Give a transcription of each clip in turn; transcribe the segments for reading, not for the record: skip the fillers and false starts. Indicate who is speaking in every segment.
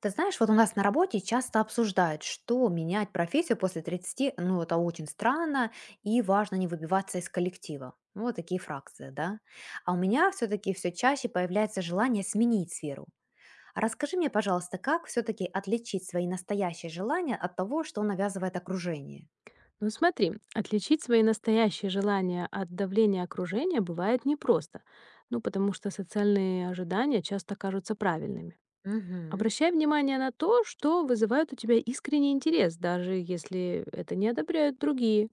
Speaker 1: Ты знаешь, вот у нас на работе часто обсуждают, что менять профессию после тридцати, ну, это очень странно, и важно не выбиваться из коллектива. Ну, вот такие фракции, да. А у меня все-таки все чаще появляется желание сменить сферу. А расскажи мне, пожалуйста, как все-таки отличить свои настоящие желания от того, что навязывает окружение?
Speaker 2: Ну смотри, отличить свои настоящие желания от давления окружения бывает непросто, ну потому что социальные ожидания часто кажутся правильными.
Speaker 1: Угу,
Speaker 2: Обращай внимание на то, что вызывает у тебя искренний интерес, даже если это не одобряют другие.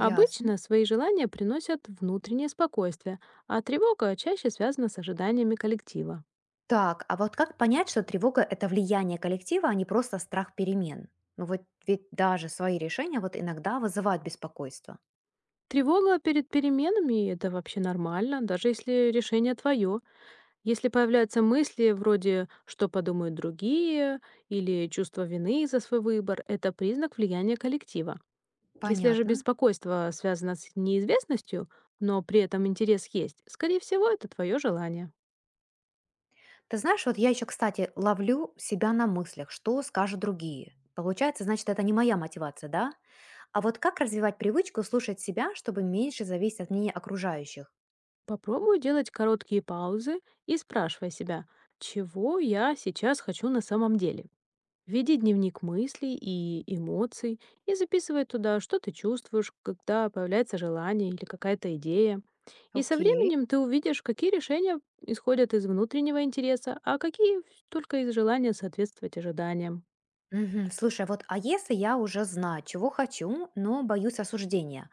Speaker 1: ясно.
Speaker 2: свои желания приносят внутреннее спокойствие, а тревога чаще связана с ожиданиями коллектива.
Speaker 1: Так, а вот как понять, что тревога — это влияние коллектива, а не просто страх перемен? Ну вот ведь даже свои решения вот иногда вызывают беспокойство.
Speaker 2: Тревога перед переменами— это вообще нормально, даже если решение твое. Если появляются мысли вроде «что подумают другие» или чувство вины за свой выбор, это признак влияния коллектива. Если же
Speaker 1: Понятно.
Speaker 2: беспокойство связано с неизвестностью, но при этом интерес есть, скорее всего, это твое желание.
Speaker 1: Ты знаешь, вот я еще, кстати, ловлю себя на мыслях, что скажут другие. Получается, значит, это не моя мотивация, да? А вот как развивать привычку слушать себя, чтобы меньше зависеть от мнения окружающих?
Speaker 2: Попробуй делать короткие паузы и спрашивай себя, чего я сейчас хочу на самом деле. Веди дневник мыслей и эмоций и записывай туда, что ты чувствуешь, когда появляется желание или какая-то идея. И со
Speaker 1: Окей.
Speaker 2: временем ты увидишь, какие решения исходят из внутреннего интереса, а какие только из желания соответствовать ожиданиям.
Speaker 1: Мгм. Слушай, вот а если я уже знаю, чего хочу, но боюсь осуждения,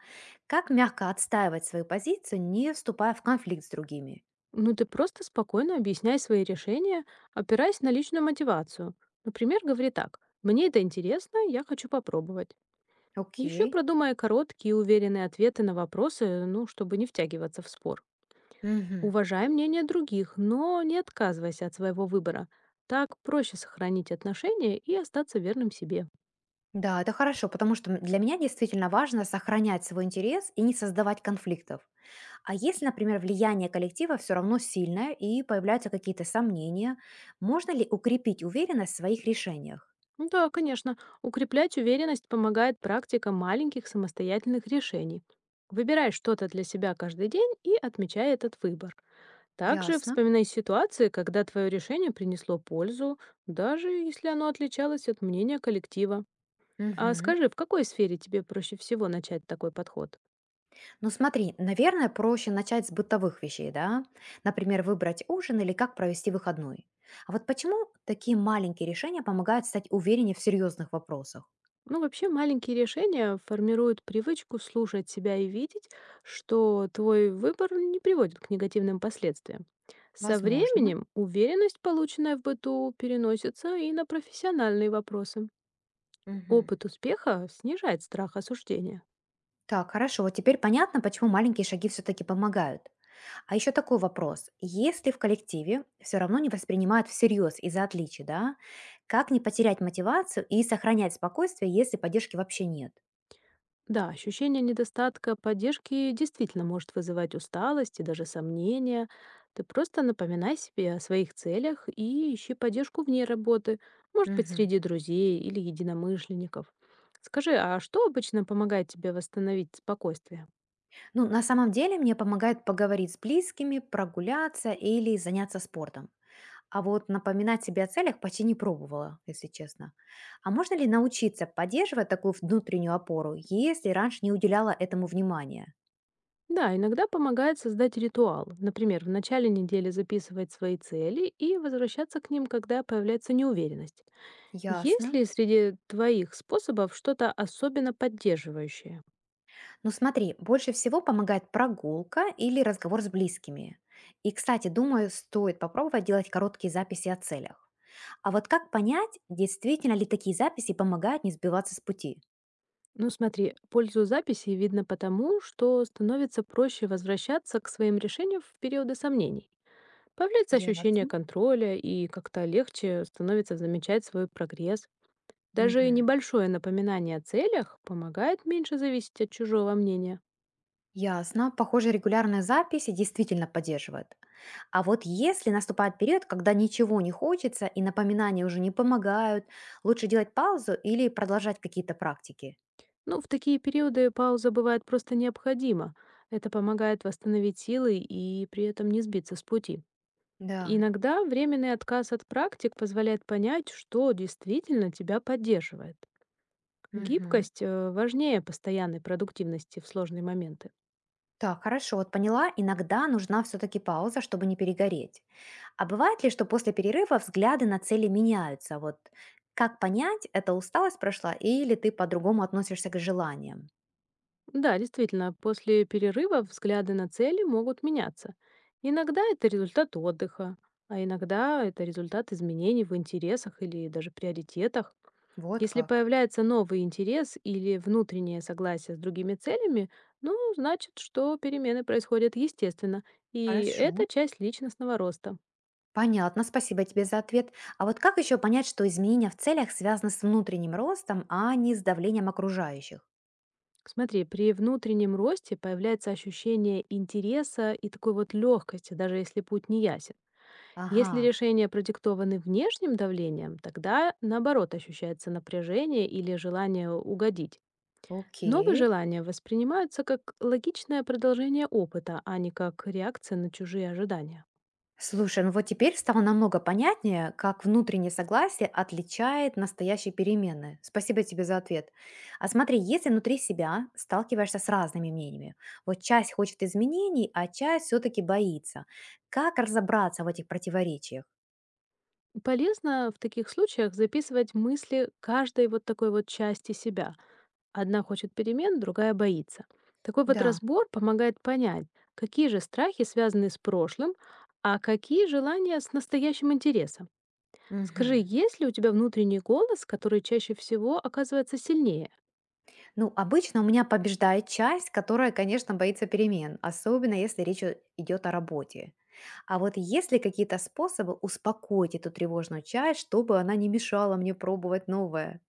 Speaker 1: как мягко отстаивать свою позицию, не вступая в конфликт с другими?
Speaker 2: Ну, ты просто спокойно объясняй свои решения, опираясь на личную мотивацию. Например, говори так, «Мне это интересно, я хочу попробовать». Еще
Speaker 1: Окей.
Speaker 2: продумай короткие и уверенные ответы на вопросы, ну, чтобы не втягиваться в спор.
Speaker 1: Мгм.
Speaker 2: Уважай мнение других, но не отказывайся от своего выбора. Так проще сохранить отношения и остаться верным себе.
Speaker 1: Да, это хорошо, потому что для меня действительно важно сохранять свой интерес и не создавать конфликтов. А если, например, влияние коллектива все равно сильное и появляются какие-то сомнения, можно ли укрепить уверенность в своих решениях?
Speaker 2: Ну да, конечно, укреплять уверенность помогает практика маленьких самостоятельных решений. Выбирай что-то для себя каждый день и отмечай этот выбор. Также
Speaker 1: Ясно.
Speaker 2: вспоминай ситуации, когда твое решение принесло пользу, даже если оно отличалось от мнения коллектива. А
Speaker 1: Мгм.
Speaker 2: скажи, в какой сфере тебе проще всего начать такой подход?
Speaker 1: Ну смотри, наверное, проще начать с бытовых вещей, да? Например, выбрать ужин или как провести выходной. А вот почему такие маленькие решения помогают стать увереннее в серьезных вопросах?
Speaker 2: Ну, вообще, маленькие решения формируют привычку слушать себя и видеть, что твой выбор не приводит к негативным последствиям. Со
Speaker 1: Возможно.
Speaker 2: временем уверенность, полученная в быту, переносится и на профессиональные вопросы.
Speaker 1: Мгм.
Speaker 2: Опыт успеха снижает страх осуждения.
Speaker 1: Так, хорошо, вот теперь понятно, почему маленькие шаги все-таки помогают. А еще такой вопрос. Если в коллективе все равно не воспринимают всерьез из-за отличий, да, как не потерять мотивацию и сохранять спокойствие, если поддержки вообще нет?
Speaker 2: Да, ощущение недостатка поддержки действительно может вызывать усталость и даже сомнения. Ты просто напоминай себе о своих целях и ищи поддержку вне работы, может быть,
Speaker 1: Мгм.
Speaker 2: среди друзей или единомышленников. Скажи, а что обычно помогает тебе восстановить спокойствие?
Speaker 1: Ну, на самом деле мне помогает поговорить с близкими, прогуляться или заняться спортом. А вот напоминать себе о целях почти не пробовала, если честно. А можно ли научиться поддерживать такую внутреннюю опору, если раньше не уделяла этому внимания?
Speaker 2: Да, иногда помогает создать ритуал. Например, в начале недели записывать свои цели и возвращаться к ним, когда появляется неуверенность. Есть
Speaker 1: Ясно.
Speaker 2: ли среди твоих способов что-то особенно поддерживающее?
Speaker 1: Ну смотри, больше всего помогает прогулка или разговор с близкими. И, кстати, думаю, стоит попробовать делать короткие записи о целях. А вот как понять, действительно ли такие записи помогают не сбиваться с пути?
Speaker 2: Ну смотри, пользу записи видно потому, что становится проще возвращаться к своим решениям в периоды сомнений. Появляется ощущение
Speaker 1: Ясно.
Speaker 2: контроля и как-то легче становится замечать свой прогресс. Даже
Speaker 1: Мгм.
Speaker 2: небольшое напоминание о целях помогает меньше зависеть от чужого мнения.
Speaker 1: Ясно. Похоже, регулярные записи действительно поддерживают. А вот если наступает период, когда ничего не хочется и напоминания уже не помогают, лучше делать паузу или продолжать какие-то практики?
Speaker 2: Ну, в такие периоды пауза бывает просто необходима. Это помогает восстановить силы и при этом не сбиться с пути.
Speaker 1: Да.
Speaker 2: Иногда временный отказ от практик позволяет понять, что действительно тебя поддерживает.
Speaker 1: Мгм.
Speaker 2: Гибкость важнее постоянной продуктивности в сложные моменты.
Speaker 1: Так, хорошо, вот поняла, иногда нужна все-таки пауза, чтобы не перегореть. А бывает ли, что после перерыва взгляды на цели меняются? Вот как понять, это усталость прошла или ты по-другому относишься к желаниям?
Speaker 2: Да, действительно, после перерыва взгляды на цели могут меняться. Иногда это результат отдыха, а иногда это результат изменений в интересах или даже приоритетах.
Speaker 1: Вот
Speaker 2: Если
Speaker 1: как.
Speaker 2: появляется новый интерес или внутреннее согласие с другими целями, ну, значит, что перемены происходят естественно, и
Speaker 1: Хорошо.
Speaker 2: это часть личностного роста.
Speaker 1: Понятно, спасибо тебе за ответ. А вот как еще понять, что изменения в целях связаны с внутренним ростом, а не с давлением окружающих?
Speaker 2: Смотри, при внутреннем росте появляется ощущение интереса и такой вот легкости, даже если путь не ясен.
Speaker 1: Ага,
Speaker 2: Если решения продиктованы внешним давлением, тогда наоборот ощущается напряжение или желание угодить. Новые
Speaker 1: окей.
Speaker 2: желания воспринимаются как логичное продолжение опыта, а не как реакция на чужие ожидания.
Speaker 1: Слушай, ну вот теперь стало намного понятнее, как внутреннее согласие отличает настоящие перемены. Спасибо тебе за ответ. А смотри, если внутри себя сталкиваешься с разными мнениями, вот часть хочет изменений, а часть все-таки боится. Как разобраться в этих противоречиях?
Speaker 2: Полезно в таких случаях записывать мысли каждой вот такой вот части себя. Одна хочет перемен, другая боится. Такой вот
Speaker 1: Да.
Speaker 2: разбор помогает понять, какие же страхи связаны с прошлым, а какие желания с настоящим интересом. Скажи,
Speaker 1: Мгм.
Speaker 2: есть ли у тебя внутренний голос, который чаще всего оказывается сильнее?
Speaker 1: Ну, обычно у меня побеждает часть, которая, конечно, боится перемен, особенно если речь идет о работе. А вот есть ли какие-то способы успокоить эту тревожную часть, чтобы она не мешала мне пробовать новое?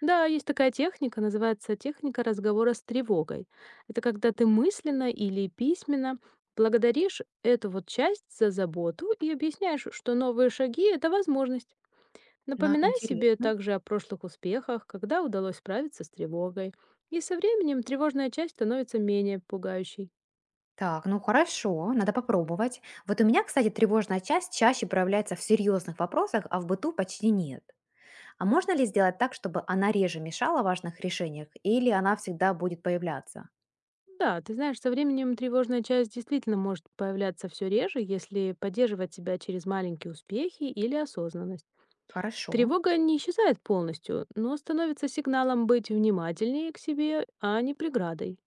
Speaker 2: Да, есть такая техника, называется техника разговора с тревогой. Это когда ты мысленно или письменно благодаришь эту вот часть за заботу и объясняешь, что новые шаги— это возможность.
Speaker 1: На,
Speaker 2: Напоминай себе
Speaker 1: интересно.
Speaker 2: также о прошлых успехах, когда удалось справиться с тревогой. И со временем тревожная часть становится менее пугающей.
Speaker 1: Так, ну хорошо, надо попробовать. Вот у меня, кстати, тревожная часть чаще проявляется в серьезных вопросах, а в быту почти нет. А можно ли сделать так, чтобы она реже мешала в важных решениях, или она всегда будет появляться?
Speaker 2: Да, ты знаешь, со временем тревожная часть действительно может появляться все реже, если поддерживать себя через маленькие успехи или осознанность.
Speaker 1: Хорошо,
Speaker 2: Тревога не исчезает полностью, но становится сигналом быть внимательнее к себе, а не преградой.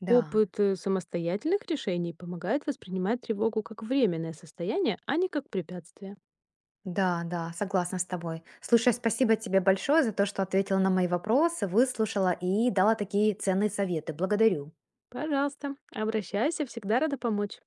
Speaker 1: да.
Speaker 2: Опыт самостоятельных решений помогает воспринимать тревогу как временное состояние, а не как препятствие.
Speaker 1: Да, да, согласна с тобой. Слушай, спасибо тебе большое за то, что ответила на мои вопросы, выслушала и дала такие ценные советы. Благодарю.
Speaker 2: Пожалуйста, обращайся, всегда рада помочь.